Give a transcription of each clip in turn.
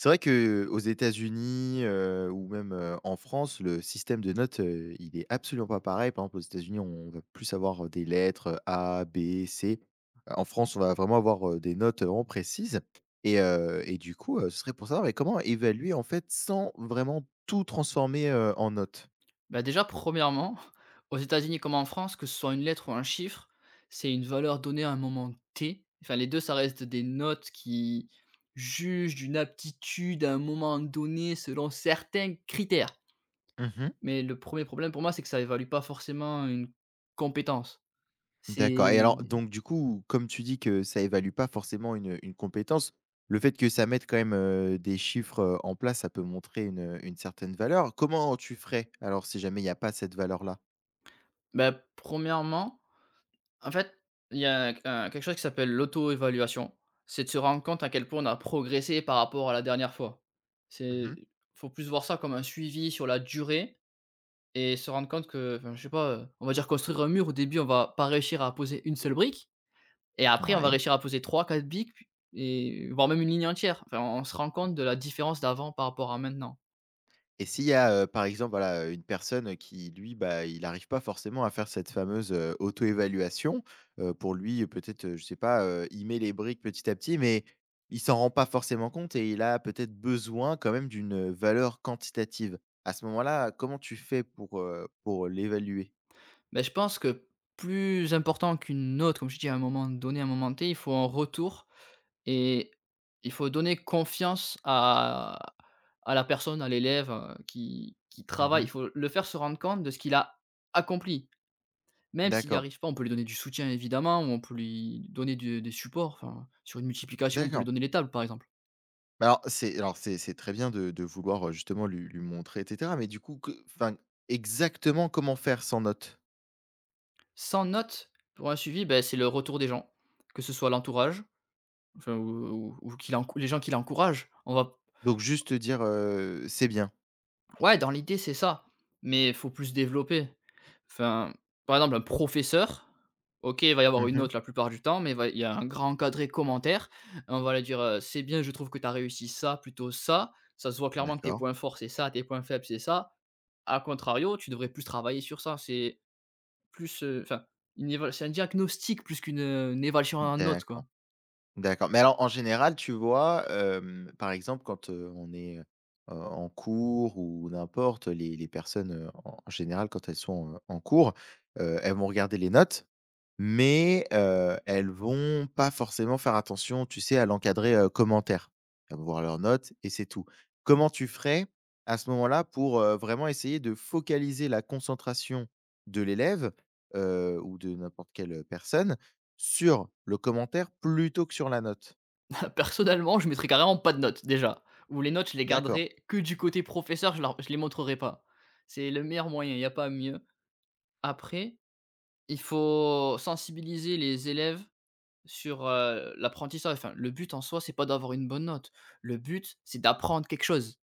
C'est vrai que aux États-Unis, ou même, en France, le système de notes, il est absolument pas pareil. Par exemple, aux États-Unis, on va plus avoir des lettres, A, B, C. En France, on va vraiment avoir, des notes vraiment précises et du coup, ce serait pour savoir, mais comment évaluer, en fait, sans vraiment tout transformer, en notes? Bah, déjà, premièrement, aux États-Unis comme en France, que ce soit une lettre ou un chiffre, c'est une valeur donnée à un moment T. Enfin, les 2 ça reste des notes qui jugent d'une aptitude à un moment donné selon certains critères. Mmh. Mais le premier problème pour moi, c'est que ça évalue pas forcément une compétence. C'est D'accord, et alors donc du coup, comme tu dis que ça évalue pas forcément une compétence, le fait que ça mette quand même, des chiffres, en place, ça peut montrer une certaine valeur. Comment tu ferais alors si jamais il y a pas cette valeur-là? bah, premièrement En fait, il y a, quelque chose qui s'appelle l'auto-évaluation. C'est de se rendre compte à quel point on a progressé par rapport à la dernière fois. C'est Mmh. faut plus voir ça comme un suivi sur la durée et se rendre compte que, enfin, je sais pas, on va dire construire un mur, au début, on va pas réussir à poser une seule brique et après on va Ouais. réussir à poser trois, quatre briques puis et voire même une ligne entière. Enfin, on se rend compte de la différence d'avant par rapport à maintenant. Et s'il y a, par exemple, voilà, une personne, qui lui, bah, il n'arrive pas forcément à faire cette fameuse, auto-évaluation, pour lui, peut-être, je sais pas, il met les briques petit à petit, mais il s'en rend pas forcément compte et il a peut-être besoin quand même d'une valeur quantitative. À ce moment-là, comment tu fais pour l'évaluer? Mais je pense que plus important qu'une note, comme je dis, à un moment donné, à un moment T, il faut un retour. Et il faut donner confiance à la personne, à l'élève, qui travaille. Mmh. Il faut le faire se rendre compte de ce qu'il a accompli. Même s'il n'y D'accord, arrive pas, on peut lui donner du soutien évidemment, ou on peut lui donner du des supports, enfin, sur une multiplication, on peut lui d'accord. donner les tables, par exemple. Bah, alors c'est très bien de vouloir, justement lui montrer et cetera, mais du coup que enfin, exactement comment faire sans note? Sans note, pour un suivi, ben c'est le retour des gens, que ce soit l'entourage, enfin, ou qui l'enc les gens qui l'encouragent. On va. Donc juste, dire: «C'est bien». Ouais, dans l'idée, c'est ça, mais faut plus développer. Enfin, par exemple, un professeur, OK, il va y avoir Mmh une mh. note la plupart du temps, mais il y a un grand cadré commentaire. On va lui dire, «C'est bien, je trouve que tu as réussi ça, plutôt ça. Ça se voit clairement que tes D'accord. points forts, c'est ça, tes points faibles, c'est ça. À contrario, tu devrais plus travailler sur ça». Plus, heu, enfin, c'est un diagnostic plus qu'une, une évaluation en note D'accord. quoi. D'accord. Mais alors en général, tu vois, par exemple, quand, on est, en cours ou n'importe, les personnes, en général, quand elles sont, en cours, elles vont regarder les notes. Mais, elles vont pas forcément faire attention, tu sais, à l'encadré, commentaire. Elles vont voir leurs notes et c'est tout. Comment tu ferais à ce moment-là pour, vraiment essayer de focaliser la concentration de l'élève, ou de n'importe quelle personne sur le commentaire plutôt que sur la note? Personnellement, je mettrais carrément pas de notes, déjà. Ou les notes, je les D'accord, garderais que du côté professeur, je les montrerai pas. C'est le meilleur moyen, il y a pas mieux. Après, il faut sensibiliser les élèves sur, l'apprentissage. Enfin, le but en soi, c'est pas d'avoir une bonne note. Le but, c'est d'apprendre quelque chose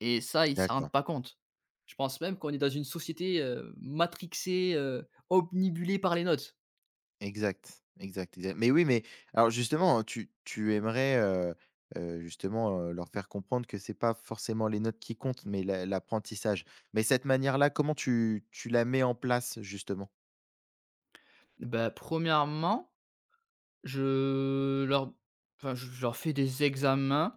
et ça, ils s'en d'accord. rendent pas compte. Je pense même qu'on est dans une société, matrixée, obnubilée par les notes. Exact, exact, exact. Mais oui, mais alors justement, tu aimerais, justement, leur faire comprendre que c'est pas forcément les notes qui comptent, mais l'apprentissage. Mais cette manière-là, comment tu la mets en place, justement? Bah, premièrement je leur je leur fais des examens.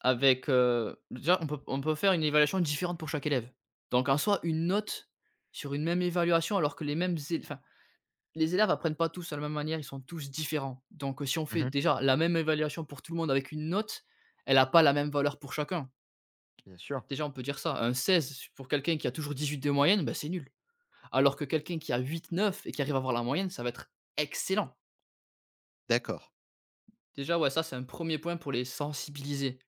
Avec, déjà on peut faire une évaluation différente pour chaque élève. Donc en soi, une note sur une même évaluation alors que les mêmes él enfin, les élèves apprennent pas tous de la même manière, ils sont tous différents. Donc, si on fait Mmh. déjà la même évaluation pour tout le monde avec une note, elle a pas la même valeur pour chacun. Bien sûr. Déjà, on peut dire ça. Un 16 pour quelqu'un qui a toujours 18 de moyenne, bah, c'est nul. Alors que quelqu'un qui a huit neuf et qui arrive à avoir la moyenne, ça va être excellent. D'accord. Déjà, ouais, ça, c'est un premier point pour les sensibiliser.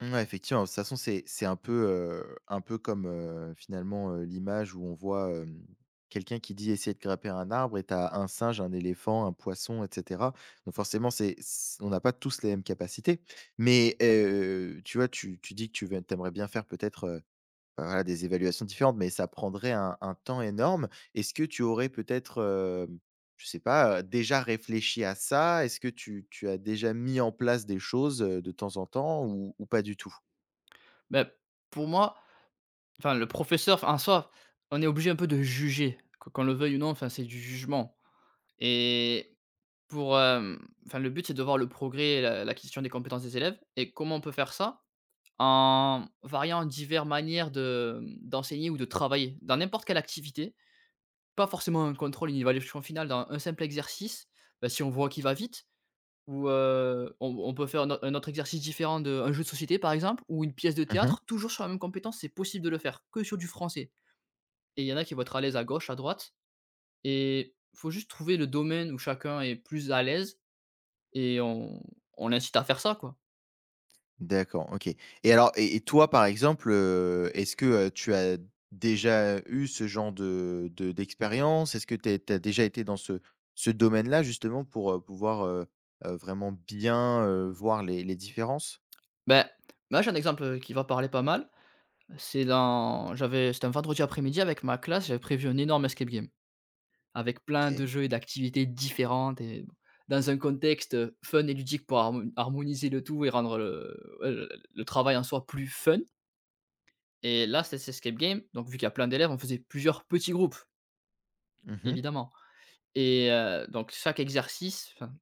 Ouais, effectivement, de toute façon, c'est un peu comme, finalement, l'image où on voit, quelqu'un qui dit: essayer de grimper un arbre» et t'as un singe, un éléphant, un poisson et cetera. Donc forcément, c'est c on n'a pas tous les mêmes capacités. Mais, tu vois, tu dis que tu veux t'aimerais bien faire peut-être, bah, voilà, des évaluations différentes, mais ça prendrait un temps énorme. Est-ce que tu aurais peut-être, hem, je sais pas, déjà réfléchi à ça? Est-ce que tu as déjà mis en place des choses, de temps en temps ou pas du tout? mais pour moi, le professeur, enfin, en soi, on est obligé un peu de juger, qu'on le veuille ou non, enfin, c'est du jugement. et pour, hem, le but, c'est de voir le progrès et la l'acquisition des compétences des élèves. Et comment on peut faire ça? En variant diverses manières de, d'enseigner ou de travailler dans n'importe quelle activité, pas forcément un contrôle, une évaluation finale dans un simple exercice. Bah, si on voit qu'il va vite ou on peut faire un autre exercice différent, de un jeu de société, par exemple, ou une pièce de Mmh. théâtre, toujours sur la même compétence, c'est possible de le faire que sur du français, et il y en a qui vont être à l'aise à gauche, à droite. Et il faut juste trouver le domaine où chacun est plus à l'aise et on l'incite à faire ça, quoi. D'accord, OK. Et alors et toi, par exemple, est-ce que, tu as déjà eu ce genre de d'expérience? Est-ce que tu as déjà été dans ce domaine-là justement pour, pouvoir, vraiment bien, voir les différences? Ben, moi, j'ai un exemple qui va parler pas mal. C'était un vendredi après-midi avec ma classe, j'avais prévu un énorme escape game avec plein de OK. jeux et d'activités différentes et bon, dans un contexte fun et ludique pour harmoniser le tout et rendre le travail en soi plus fun. Et là, c'est cet escape game. Donc, vu qu'il y a plein d'élèves, on faisait plusieurs petits groupes, Mmh. évidemment. Et donc chaque exercice, enfin,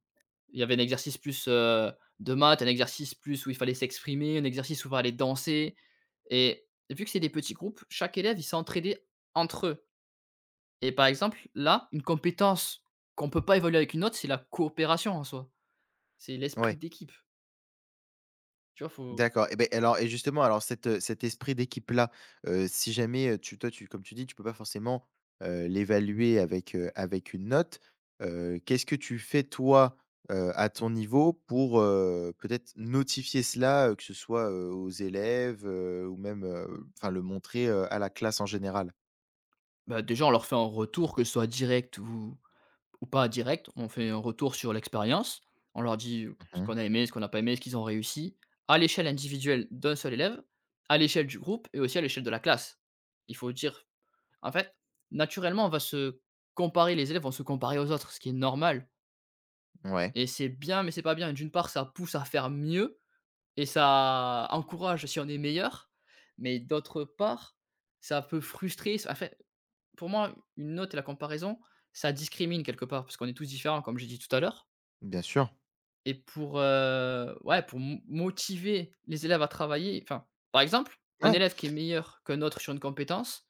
il y avait un exercice plus, de maths, un exercice plus où il fallait s'exprimer, un exercice où il fallait danser, et vu que c'est des petits groupes, chaque élève, ils s'entraidaient entre eux. Et par exemple, là, une compétence qu'on ne peut pas évaluer avec une autre, c'est la coopération en soi. C'est l'esprit Ouais. d'équipe. Tu vois? Faut D'accord et ben alors et justement, cet esprit d'équipe-là, si jamais, tu toi, tu comme tu dis, tu peux pas forcément, l'évaluer avec une note, qu'est-ce que tu fais toi, à ton niveau pour, peut-être notifier cela, que ce soit, aux élèves, ou même, enfin le montrer, à la classe en général? bah, déjà, on leur fait un retour, que ce soit direct ou. Ou pas direct, on fait un retour sur l'expérience, on leur dit, ce Mmh. qu'on a aimé, ce qu'on n'a pas aimé, ce qu'ils ont réussi, à l'échelle individuelle d'un seul élève, à l'échelle du groupe et aussi à l'échelle de la classe. Il faut dire en fait, naturellement, on va se comparer, les élèves vont se comparer aux autres, ce qui est normal Ouais, et c'est bien, mais c'est pas bien. D'une part, ça pousse à faire mieux et ça encourage si on est meilleur, mais d'autre part, ça peut frustrer, en fait. Pour moi, une note et la comparaison, ça discrimine quelque part parce qu'on est tous différents, comme j'ai dit tout à l'heure. bien sûr. Et pour, ouais, pour mo motiver les élèves à travailler, enfin, par exemple, un Ouais. élève qui est meilleur qu'un autre sur une compétence,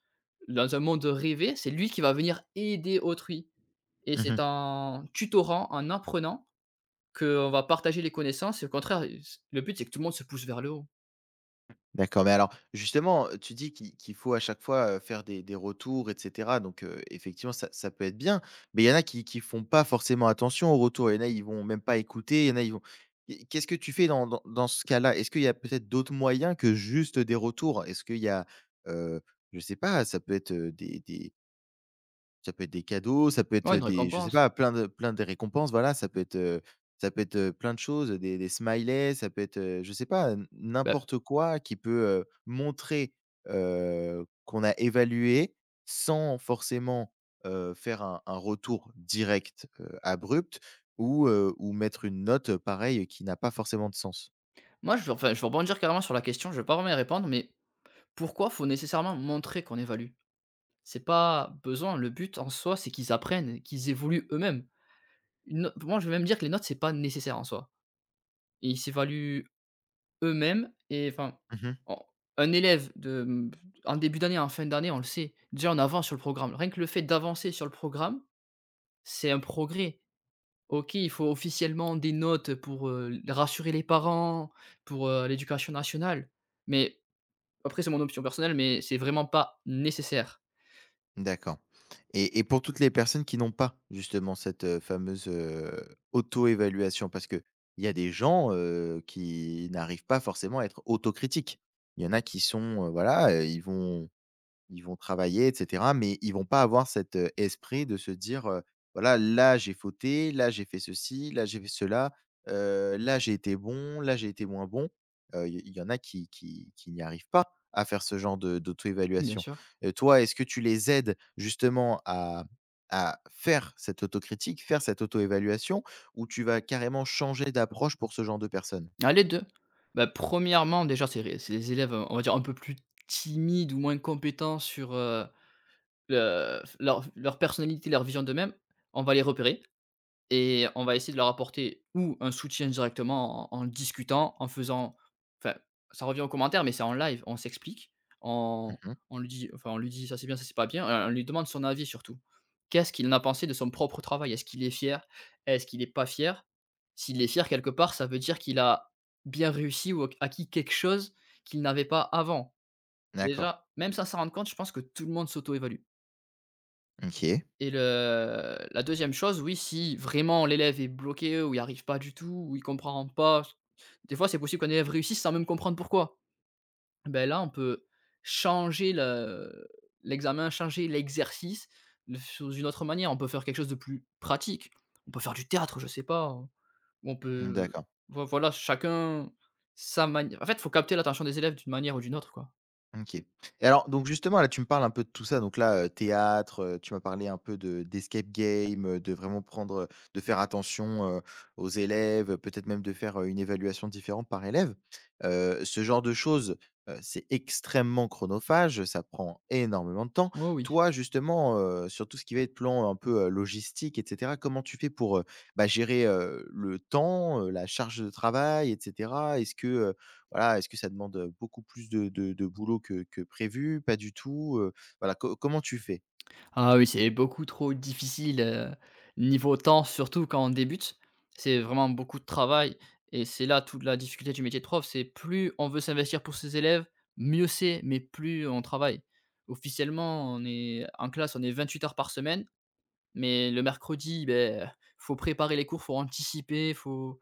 dans un monde rêvé, c'est lui qui va venir aider autrui. Et Mmh. c'est en tutorant, en apprenant qu'on va partager les connaissances, et au contraire, le but, c'est que tout le monde se pousse vers le haut. D'accord, mais alors justement, tu dis qu'il faut à chaque fois, faire des retours et cetera donc effectivement ça peut être bien, mais il y en a qui font pas forcément attention aux retours. Il y en a, ils vont même pas écouter, il y en a, ils vont. Et qu'est-ce que tu fais dans dans ce cas-là? Est-ce qu'il y a peut-être d'autres moyens que juste des retours? Est-ce qu'il y a, heu, je sais pas, ça peut être, des ça peut être des cadeaux, ça peut être Ouais, une des, je sais récompense. pas, plein de récompenses, voilà, ça peut être, plein de choses, des smileys, ça peut être, je sais pas, Bah, n'importe quoi qui peut, montrer, qu'on a évalué sans forcément, faire un retour direct, abrupt ou mettre une note, pareil, qui n'a pas forcément de sens. moi, je vais rebondir carrément sur la question, je ne vais pas vraiment y répondre, mais pourquoi faut nécessairement montrer qu'on évalue? C'est pas besoin, le but en soi, c'est qu'ils apprennent, qu'ils évoluent eux-mêmes. Une no Moi, je vais même dire que les notes, c'est pas nécessaire en soi. Ils s'évaluent eux-mêmes. Et enfin, Mmh. en Un élève de, en début d'année, en fin d'année, on le sait, déjà on avance sur le programme. Rien que le fait d'avancer sur le programme, c'est un progrès. OK, il faut officiellement des notes pour, rassurer les parents, pour, l'éducation nationale, mais après c'est mon option personnelle, mais c'est vraiment pas nécessaire. D'accord, et pour toutes les personnes qui n'ont pas justement cette, fameuse, auto-évaluation, parce qu'il y a des gens, qui n'arrivent pas forcément à être autocritiques. Il y en a qui sont, voilà, ils vont travailler et cetera, mais ils vont pas avoir cet, esprit de se dire: «Voilà, là j'ai fauté, là j'ai fait ceci, là j'ai fait cela, là j'ai été bon, là j'ai été moins bon». Il y en a qui n'y arrivent pas à faire ce genre de Oui, bien d'auto-évaluation. sûr. Toi, est-ce que tu les aides justement à faire cette autocritique, faire cette auto-évaluation ou tu vas carrément changer d'approche pour ce genre de personnes? Ah, les 2. Bah, premièrement déjà, c'est des élèves, on va dire, un peu plus timides ou moins compétents sur, Le leur personnalité, leur vision d'eux-mêmes, on va les repérer et on va essayer de leur apporter ou un soutien directement en discutant, en faisant, enfin, ça revient aux commentaires, mais c'est en live, on s'explique, on Mmh. on lui dit enfin, on lui dit: «Ça, c'est bien, ça, c'est pas bien», on lui demande son avis surtout. Qu'est-ce qu'il en a pensé de son propre travail? Est-ce qu'il est fier? Est-ce qu'il est pas fier? S'il est fier quelque part, ça veut dire qu'il a bien réussi ou acquis quelque chose qu'il n'avait pas avant. D'accord. Déjà, même sans s'en rendre compte, je pense que tout le monde s'auto-évalue. OK. Et le La deuxième chose, oui, si vraiment l'élève est bloqué ou il arrive pas du tout, ou il comprend pas. Des fois, c'est possible qu'un élève réussisse sans même comprendre pourquoi. Ben là, on peut changer le l'examen, changer l'exercice, le sous une autre manière. On peut faire quelque chose de plus pratique. On peut faire du théâtre, je sais pas, ou on Mmh, peut d'accord. Voilà, chacun sa manière. En fait, il faut capter l'attention des élèves d'une manière ou d'une autre, quoi. OK. Et alors donc justement là, tu me parles un peu de tout ça, donc là, théâtre, tu m'as parlé un peu de d'escape game, de vraiment prendre, de faire attention, aux élèves, peut-être même de faire, une évaluation différente par élève. Ce genre de choses, c'est extrêmement chronophage, ça prend énormément de temps. Oh oui. Toi justement, sur tout ce qui va être plan un peu, logistique et cetera, comment tu fais pour, bah, gérer, le temps, la charge de travail et cetera? Est-ce que, voilà, est-ce que ça demande beaucoup plus de boulot que prévu? Pas du tout, voilà, co comment tu fais? Ah oui, c'est beaucoup trop difficile, niveau temps, surtout quand on débute. C'est vraiment beaucoup de travail, et c'est là toute la difficulté du métier de prof, c'est plus on veut s'investir pour ses élèves, mieux c'est, mais plus on travaille. Officiellement, on est en classe, on est 28 heures par semaine, mais le mercredi, ben, faut préparer les cours, faut anticiper,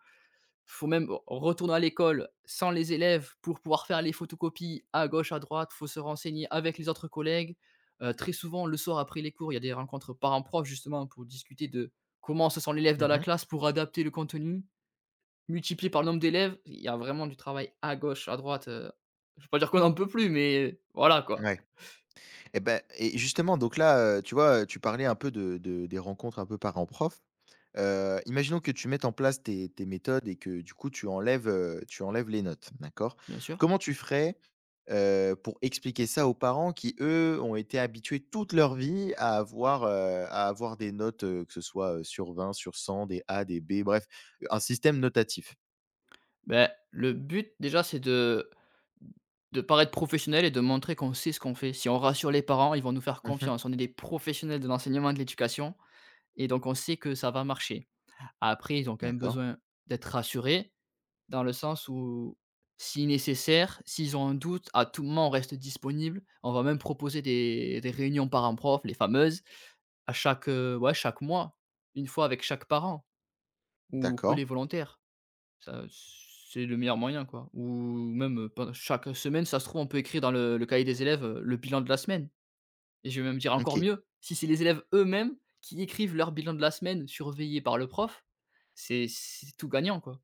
faut même re retourner à l'école sans les élèves pour pouvoir faire les photocopies à gauche, à droite. Faut se renseigner avec les autres collègues. Très souvent, le soir après les cours, il y a des rencontres parents-prof justement pour discuter de comment se sent l'élève dans la Mmh. classe pour adapter le contenu, multiplié par le nombre d'élèves. Il y a vraiment du travail à gauche, à droite, je vais pas dire qu'on en peut plus, mais voilà quoi. Ouais. Et ben et justement, donc là, tu vois, tu parlais un peu de des rencontres un peu parents-prof. Imaginons que tu mettes en place tes méthodes et que du coup tu enlèves les notes, d'accord? Bien sûr. Comment tu ferais, pour expliquer ça aux parents qui, eux, ont été habitués toute leur vie à avoir des notes, que ce soit, sur 20 sur 100 des A, des B, bref, un système notatif? Ben le but déjà, c'est de paraître professionnel et de montrer qu'on sait ce qu'on fait. Si on rassure les parents, ils vont nous faire Mmh. confiance. On est des professionnels de l'enseignement et de l'éducation, et donc on sait que ça va marcher. Après, ils ont quand même D'accord, besoin d'être rassurés dans le sens où, si nécessaire, s'ils ont un doute, à tout moment, on reste disponible. On va même proposer des réunions parents-prof, les fameuses, à chaque, ouais, chaque mois, une fois avec chaque parent ou que d'accord. les volontaires. Ça, c'est le meilleur moyen, quoi. Ou même, pen chaque semaine, ça se trouve, on peut écrire dans le cahier des élèves, le bilan de la semaine. Et je vais même dire encore OK. mieux, si c'est les élèves eux-mêmes qui écrivent leur bilan de la semaine surveillé par le prof, c'est tout gagnant, quoi.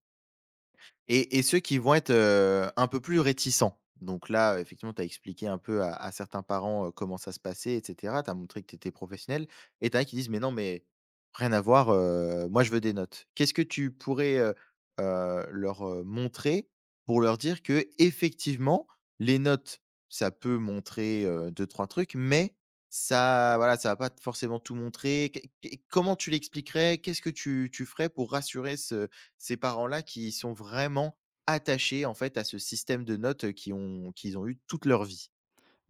Et ceux qui vont être, un peu plus réticents. Donc là, effectivement, tu as expliqué un peu à certains parents, comment ça se passait et cetera. Tu as montré que tu étais professionnel et tu en as qui disent: «Mais non, mais rien à voir, moi je veux des notes». Qu'est-ce que tu pourrais, leur, montrer pour leur dire que effectivement, les notes, ça peut montrer, 2-3 trucs, mais ça, voilà, ça va pas forcément tout montrer? Qu'est qu'est comment tu l'expliquerais? Qu'est-ce que tu ferais pour rassurer ce ces parents-là qui sont vraiment attachés, en fait, à ce système de notes, qu'ils ont eu toute leur vie.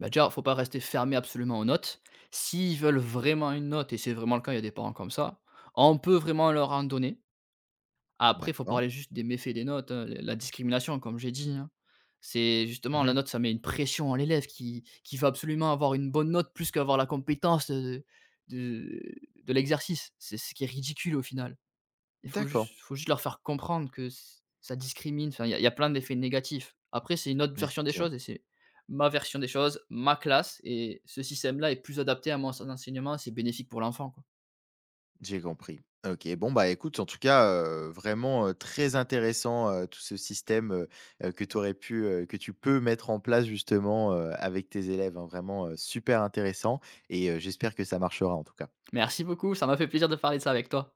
Bah, déjà, faut pas rester fermé absolument aux notes. S'ils veulent vraiment une note et c'est vraiment le cas, il y a des parents comme ça, on peut vraiment leur en donner. Après, il faut D'accord. parler juste des méfaits des notes, hein, la discrimination, comme j'ai dit, hein. C'est justement la Mmh. note, ça met une pression à l'élève qui va absolument avoir une bonne note plus qu'avoir la compétence, de de l'exercice. C'est ce qui est ridicule au final. Il faut D'accord. juste Faut juste leur faire comprendre que ç ça discrimine, enfin, il y a plein d'effets négatifs. Après, c'est une autre version des Effectivement, choses, et c'est ma version des choses, ma classe et ce système-là est plus adapté à mon s enseignement, c'est bénéfique pour l'enfant, quoi. j'ai compris. OK, bon, bah, écoute, en tout cas, vraiment, très intéressant, tout ce système, que tu peux mettre en place justement, avec tes élèves, hein. Vraiment, super intéressant et j'espère que ça marchera en tout cas. Merci beaucoup, ça m'a fait plaisir de parler de ça avec toi.